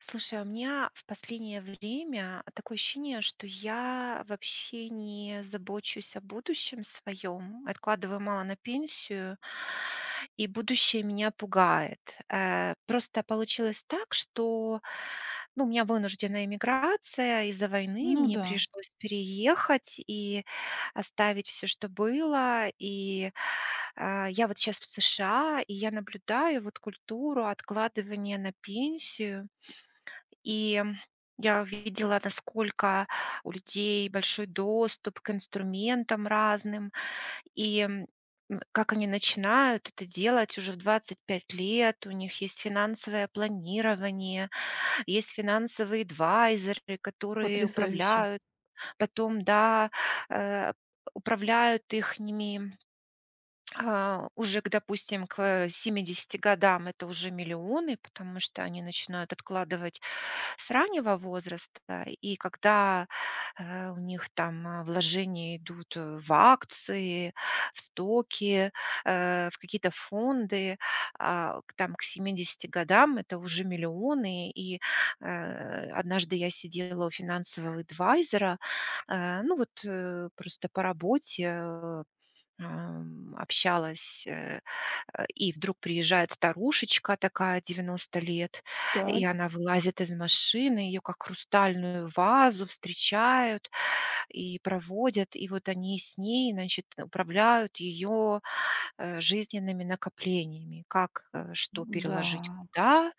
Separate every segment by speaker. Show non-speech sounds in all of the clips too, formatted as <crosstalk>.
Speaker 1: Слушай, а у меня в последнее время такое ощущение, что я вообще не забочусь о будущем своем, откладываю мало на пенсию, и будущее меня пугает. Просто получилось так, что ну, у меня вынужденная эмиграция из-за войны,
Speaker 2: Ну
Speaker 1: мне
Speaker 2: да,
Speaker 1: пришлось переехать, и оставить все, что было. И, я вот сейчас в США, и я наблюдаю вот культуру откладывания на пенсию. И я увидела, насколько у людей большой доступ к инструментам разным, и, как они начинают это делать уже в 25 лет. У них есть финансовое планирование, есть финансовые эдвайзеры, которые
Speaker 2: потрясающе.
Speaker 1: управляют, потом, да, э, управляют ихними, уже к, допустим, к 70 годам это уже миллионы, потому что они начинают откладывать с раннего возраста. И когда, у них там, вложения идут, в акции, в стоки, в какие-то фонды, к там к 70 годам это уже миллионы. И, однажды я сидела у финансового эдвайзера, ну вот, просто по работе, общалась, и вдруг приезжает старушечка такая, 90 лет, и
Speaker 2: Так.
Speaker 1: она вылазит из машины, ее как хрустальную вазу встречают и проводят, и вот они с ней, значит, управляют ее, жизненными накоплениями, как, что
Speaker 2: Да.
Speaker 1: переложить куда,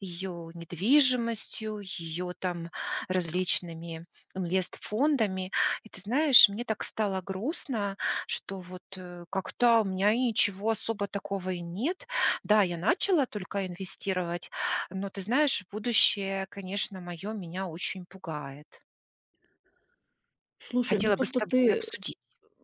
Speaker 1: ее недвижимостью, ее там различными инвестфондами. И ты знаешь, мне так стало грустно, что вот как-то у меня и ничего особо такого и нет. Да, я начала только инвестировать, но ты знаешь, будущее, конечно, мое меня очень пугает.
Speaker 2: Слушай, ну
Speaker 1: Хотела
Speaker 2: то,
Speaker 1: бы с
Speaker 2: что
Speaker 1: тобой
Speaker 2: ты,
Speaker 1: обсудить.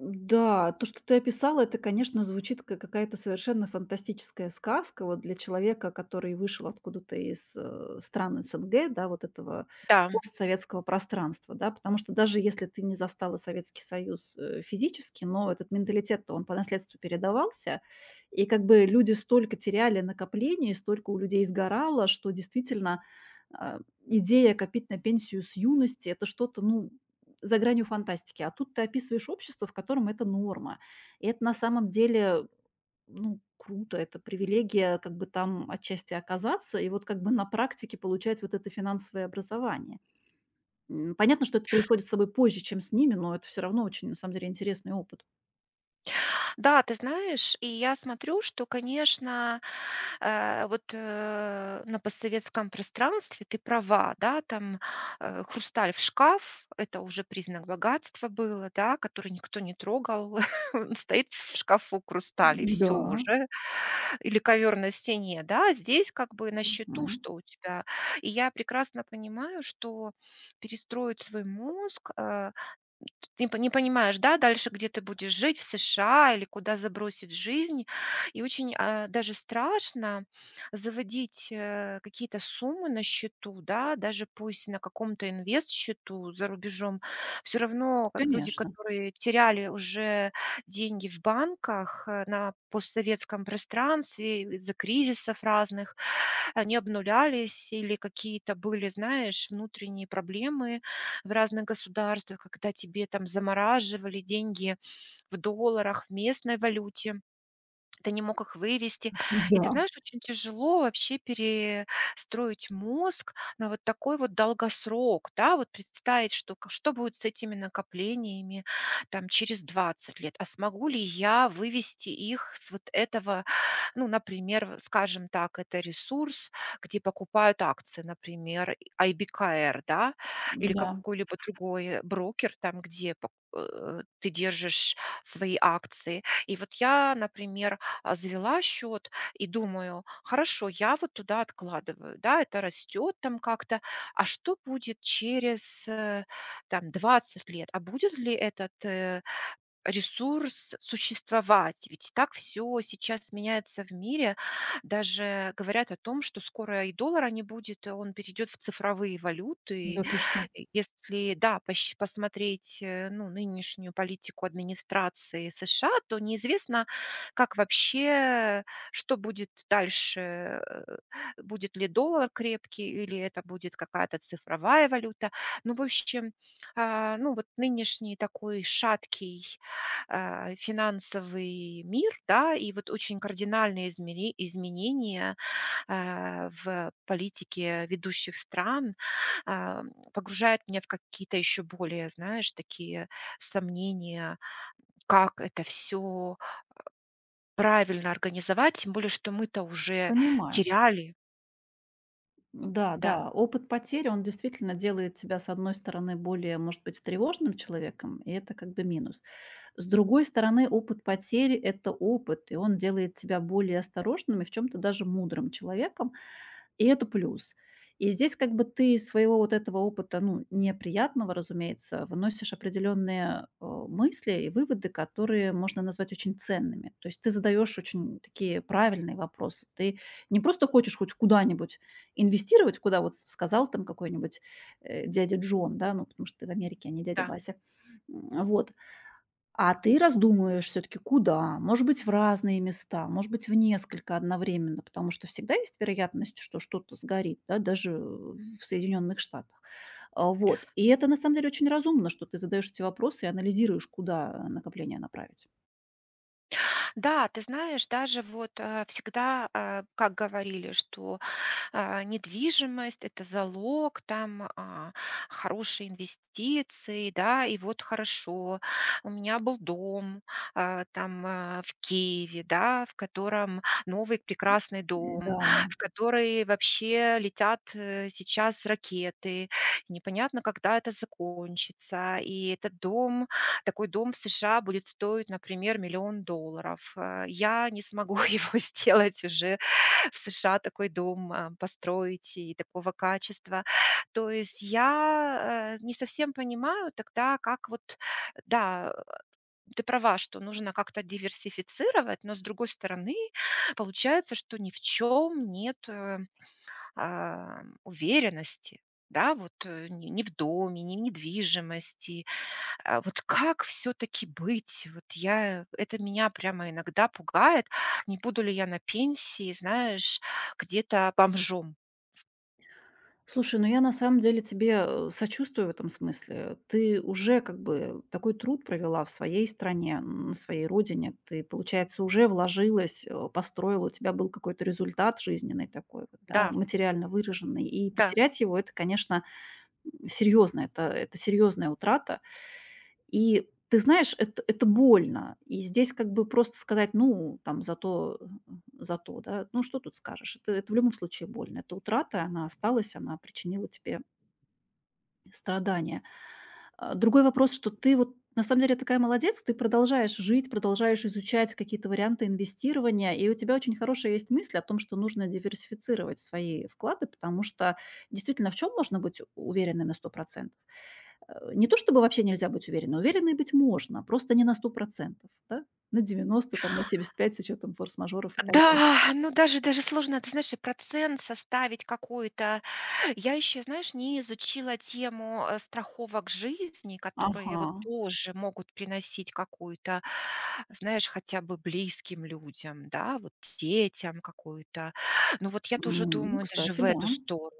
Speaker 2: да, то, что ты описала, это, конечно, звучит как какая-то совершенно фантастическая сказка вот для человека, который вышел откуда-то из стран СНГ, да, вот этого
Speaker 1: Да.
Speaker 2: постсоветского пространства, да, потому что даже если ты не застала Советский Союз физически, но этот менталитет, то он по наследству передавался, и как бы люди столько теряли накоплений, столько у людей сгорало, что действительно а, идея копить на пенсию с юности, это что-то, ну, за гранью фантастики, а тут ты описываешь общество, в котором это норма. И это на самом деле, ну, круто, это привилегия как бы там отчасти оказаться и вот как бы на практике получать вот это финансовое образование. Понятно, что это происходит с собой позже, чем с ними, но это все равно очень, на самом деле, интересный опыт.
Speaker 1: Да, ты знаешь, и я смотрю, что, конечно, вот, на постсоветском пространстве ты права, да, там, хрусталь в шкаф- это уже признак богатства было, да, который никто не трогал. <laughs> Он стоит в шкафу хрусталь, и все
Speaker 2: Да.
Speaker 1: уже. Или ковер на стене, да. А здесь как бы на счету,
Speaker 2: Мгм.
Speaker 1: что у тебя. И я прекрасно понимаю, что перестроить свой мозг, ты не по не понимаешь, да, дальше, где ты будешь жить, в США или куда забросит жизнь. И очень, даже страшно заводить, какие-то суммы на счету, да, даже пусть на каком-то инвест-счету за рубежом. Все равно, как люди,
Speaker 2: Конечно.
Speaker 1: которые теряли уже деньги в банках, на постсоветском пространстве из-за кризисов разных, они обнулялись или какие-то были, знаешь, внутренние проблемы в разных государствах, когда тебе там замораживали деньги в долларах, в местной валюте. Ты не мог их вывести. И ты
Speaker 2: Да.
Speaker 1: знаешь, очень тяжело вообще перестроить мозг на вот такой вот долгосрок, да, вот представить, что, что будет с этими накоплениями там через 20 лет, а смогу ли я вывести их с вот этого, ну, например, скажем так, это ресурс, где покупают акции, например, IBKR, да, или
Speaker 2: Да.
Speaker 1: какой-либо другой брокер, там, где ты держишь свои акции. И вот я, например, завела счет и думаю: хорошо, я вот туда откладываю, да, это растет там как-то, а что будет через там 20 лет, а будет ли этот ресурс существовать? Ведь так все сейчас меняется в мире, даже говорят о том, что скоро и доллара не будет, он перейдет в цифровые валюты,
Speaker 2: Да ты что?
Speaker 1: если, да, пощ посмотреть, ну, нынешнюю политику администрации США, то неизвестно, как вообще, что будет дальше, будет ли доллар крепкий или это будет какая-то цифровая валюта. Ну, в общем, ну, вот нынешний такой шаткий, финансовый мир, да, и вот очень кардинальные измери изменения в политике ведущих стран, а, погружает меня в какие-то еще более, знаешь, такие сомнения, как это все правильно организовать, тем более, что мы-то уже
Speaker 2: Понимаю.
Speaker 1: теряли,
Speaker 2: Да,
Speaker 1: да.
Speaker 2: да, опыт потери, он действительно делает тебя, с одной стороны, более, может быть, тревожным человеком, и это как бы минус. С другой стороны, опыт потери — это опыт, и он делает тебя более осторожным и в чем-то даже мудрым человеком, и это плюс. И здесь как бы ты из своего вот этого опыта, ну, неприятного, разумеется, выносишь определенные, мысли и выводы, которые можно назвать очень ценными. То есть ты задаешь очень такие правильные вопросы. Ты не просто хочешь хоть куда-нибудь инвестировать, куда вот сказал там какой-нибудь, дядя Джон, да, ну, потому что ты в Америке, а не дядя
Speaker 1: Да.
Speaker 2: Вася. Вот. А ты раздумываешь все таки куда? Может быть, в разные места, может быть, в несколько одновременно, потому что всегда есть вероятность, что что-то сгорит, да, даже в Соединенных Штатах. А, вот. И это на самом деле очень разумно, что ты задаешь эти вопросы и анализируешь, куда накопление направить.
Speaker 1: Да, ты знаешь, даже вот всегда, как говорили, что недвижимость- это залог, там, хорошие инвестиции, да. И вот хорошо, у меня был дом, там, в Киеве, да, в котором новый прекрасный дом,
Speaker 2: Да.
Speaker 1: в который вообще летят, сейчас ракеты, непонятно, когда это закончится. И этот дом, такой дом в США будет стоить, например, миллион долларов. Я не смогу <laughs> его сделать уже <laughs> в США такой дом, построить и такого качества. То есть я, не совсем понимаю тогда, как вот, да, ты права, что нужно как-то диверсифицировать, но с другой стороны, получается, что ни в чем нет, уверенности. Да, вот, ни в доме, ни в недвижимости, а вот как все-таки быть? Вот я, это меня прямо иногда пугает. Не буду ли я на пенсии, знаешь, где-то бомжом?
Speaker 2: Слушай, ну я на самом деле тебе сочувствую в этом смысле. Ты уже как бы такой труд провела в своей стране, на своей родине. Ты, получается, уже вложилась, построила, у тебя был какой-то результат жизненный такой, вот, да,
Speaker 1: Да,
Speaker 2: материально выраженный. И
Speaker 1: да.
Speaker 2: потерять его это, конечно, серьёзно, это серьёзная утрата. И ты знаешь, это больно. И здесь как бы просто сказать: "Ну, там, зато, зато", да, ну, что тут скажешь? Это в любом случае больно. Это утрата, она осталась, она причинила тебе страдания. А, другой вопрос, что ты вот на самом деле такая молодец, ты продолжаешь жить, продолжаешь изучать какие-то варианты инвестирования, и у тебя очень хорошая есть мысль о том, что нужно диверсифицировать свои вклады, потому что действительно в чем можно быть уверенной на 100%? Не то чтобы вообще нельзя быть уверенной, уверенной быть можно, просто не на 100%, да? На 90 там, на семьдесят пять с учетом форс-мажоров и так далее.
Speaker 1: Да, ну даже сложно, ты знаешь, и процент составить какой-то. Я еще, знаешь, не изучила тему страховок жизни, которые
Speaker 2: Ага.
Speaker 1: вот тоже могут приносить какую-то, знаешь, хотя бы близким людям, да, вот детям какую-то. Ну вот я тоже
Speaker 2: Ну,
Speaker 1: думаю даже
Speaker 2: кстати,
Speaker 1: в
Speaker 2: да.
Speaker 1: эту сторону.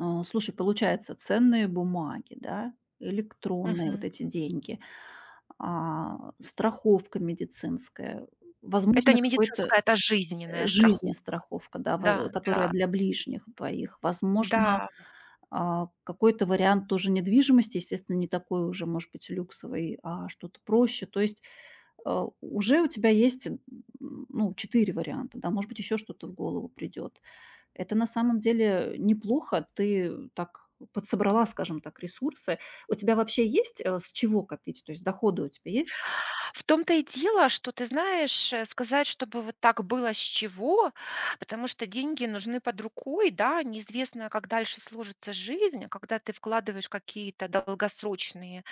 Speaker 2: А, слушай, получается, ценные бумаги, да, электронные вот эти деньги, страховка медицинская,
Speaker 1: Это
Speaker 2: возможно,
Speaker 1: не
Speaker 2: какой-то,
Speaker 1: медицинская, это жизненная
Speaker 2: жизни
Speaker 1: страховка.
Speaker 2: страховка, да, во
Speaker 1: Да,
Speaker 2: которая
Speaker 1: да,
Speaker 2: для ближних твоих, возможно.
Speaker 1: да.
Speaker 2: А, какой-то вариант тоже недвижимости, естественно, не такой уже, может быть, люксовый, а что-то проще. То есть, уже у тебя есть, ну, 4 варианта, да, может быть, еще что-то в голову придет. Это на самом деле неплохо. Ты так подсобрала, скажем так, ресурсы. У тебя вообще есть, с чего копить? То есть доходы у тебя есть?
Speaker 1: В том-то и дело, что, ты знаешь, сказать, чтобы вот так было с чего, потому что деньги нужны под рукой, да, неизвестно, как дальше сложится жизнь, а когда ты вкладываешь какие-то долгосрочные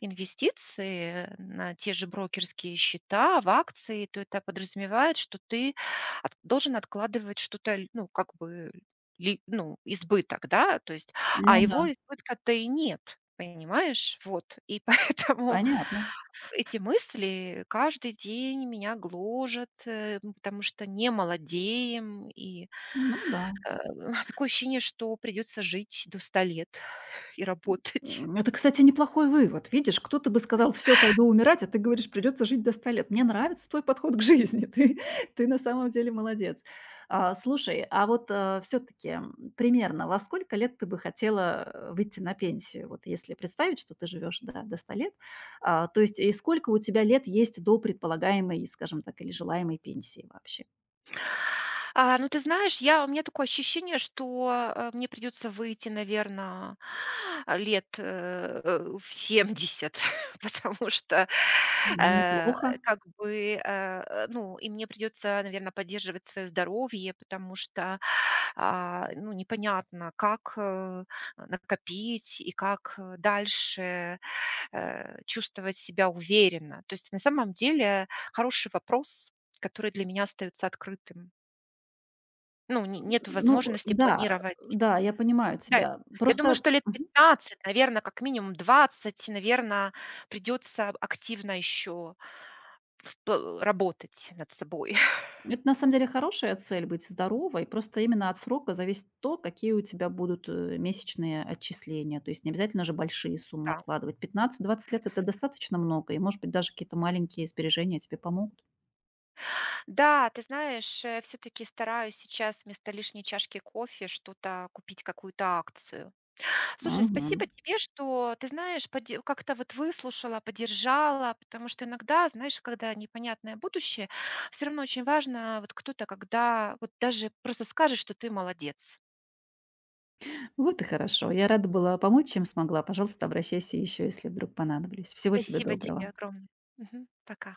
Speaker 1: инвестиции на те же брокерские счета, в акции, то это подразумевает, что ты должен откладывать что-то, ну, как бы, ну, избыток, да, то есть, а
Speaker 2: Ну да,
Speaker 1: его избытка-то и нет, понимаешь, вот, и <laughs> поэтому
Speaker 2: понятно.
Speaker 1: эти мысли каждый день меня гложат, потому что не молодеем, и
Speaker 2: Ну да.
Speaker 1: э, <laughs> такое ощущение, что придется жить до 100 лет <laughs> и работать.
Speaker 2: Это, кстати, неплохой вывод. Видишь, кто-то бы сказал, все, пойду умирать, а ты говоришь, придется жить до 100 лет. Мне нравится твой подход к жизни, <laughs> ты, ты на самом деле молодец. А, слушай, а вот все-таки примерно во сколько лет ты бы хотела выйти на пенсию? Вот если представить, что ты живешь до, до 100 лет, а, то есть и сколько у тебя лет есть до предполагаемой, скажем так, или желаемой пенсии вообще?
Speaker 1: А, ну, ты знаешь, я у меня такое ощущение, что, мне придётся выйти, наверное, лет, в 70, <laughs> потому что,
Speaker 2: Ну,
Speaker 1: э,
Speaker 2: неплохо.
Speaker 1: как бы, ну, и мне придётся, наверное, поддерживать своё здоровье, потому что, ну, непонятно, как, накопить и как, дальше, чувствовать себя уверенно. То есть на самом деле хороший вопрос, который для меня остаётся открытым. Ну, не нет
Speaker 2: Ну,
Speaker 1: возможности
Speaker 2: да,
Speaker 1: планировать.
Speaker 2: да, я понимаю
Speaker 1: Да,
Speaker 2: тебя.
Speaker 1: я думаю,
Speaker 2: Просто...
Speaker 1: что лет 15, наверное, как минимум 20, наверное, придется активно еще работать над собой. <laughs>
Speaker 2: Это на самом деле хорошая цель быть здоровой, просто именно от срока зависит то, какие у тебя будут месячные отчисления. То есть не обязательно же большие суммы
Speaker 1: Да.
Speaker 2: откладывать. 15–20 лет — это достаточно много, и, может быть, даже какие-то маленькие сбережения тебе помогут.
Speaker 1: Да, ты знаешь, все-таки стараюсь сейчас вместо лишней чашки кофе что-то купить, какую-то акцию. Слушай,
Speaker 2: Мгм.
Speaker 1: спасибо тебе, что, ты знаешь, поде как-то вот выслушала, поддержала, потому что иногда, знаешь, когда непонятное будущее, все равно очень важно, вот кто-то, когда вот даже просто скажет, что ты молодец.
Speaker 2: Вот и хорошо. Я рада была помочь, чем смогла. Пожалуйста, обращайся еще, если вдруг понадоблюсь. Всего тебе
Speaker 1: Спасибо тебе
Speaker 2: доброго.
Speaker 1: огромное. Мгм. Пока.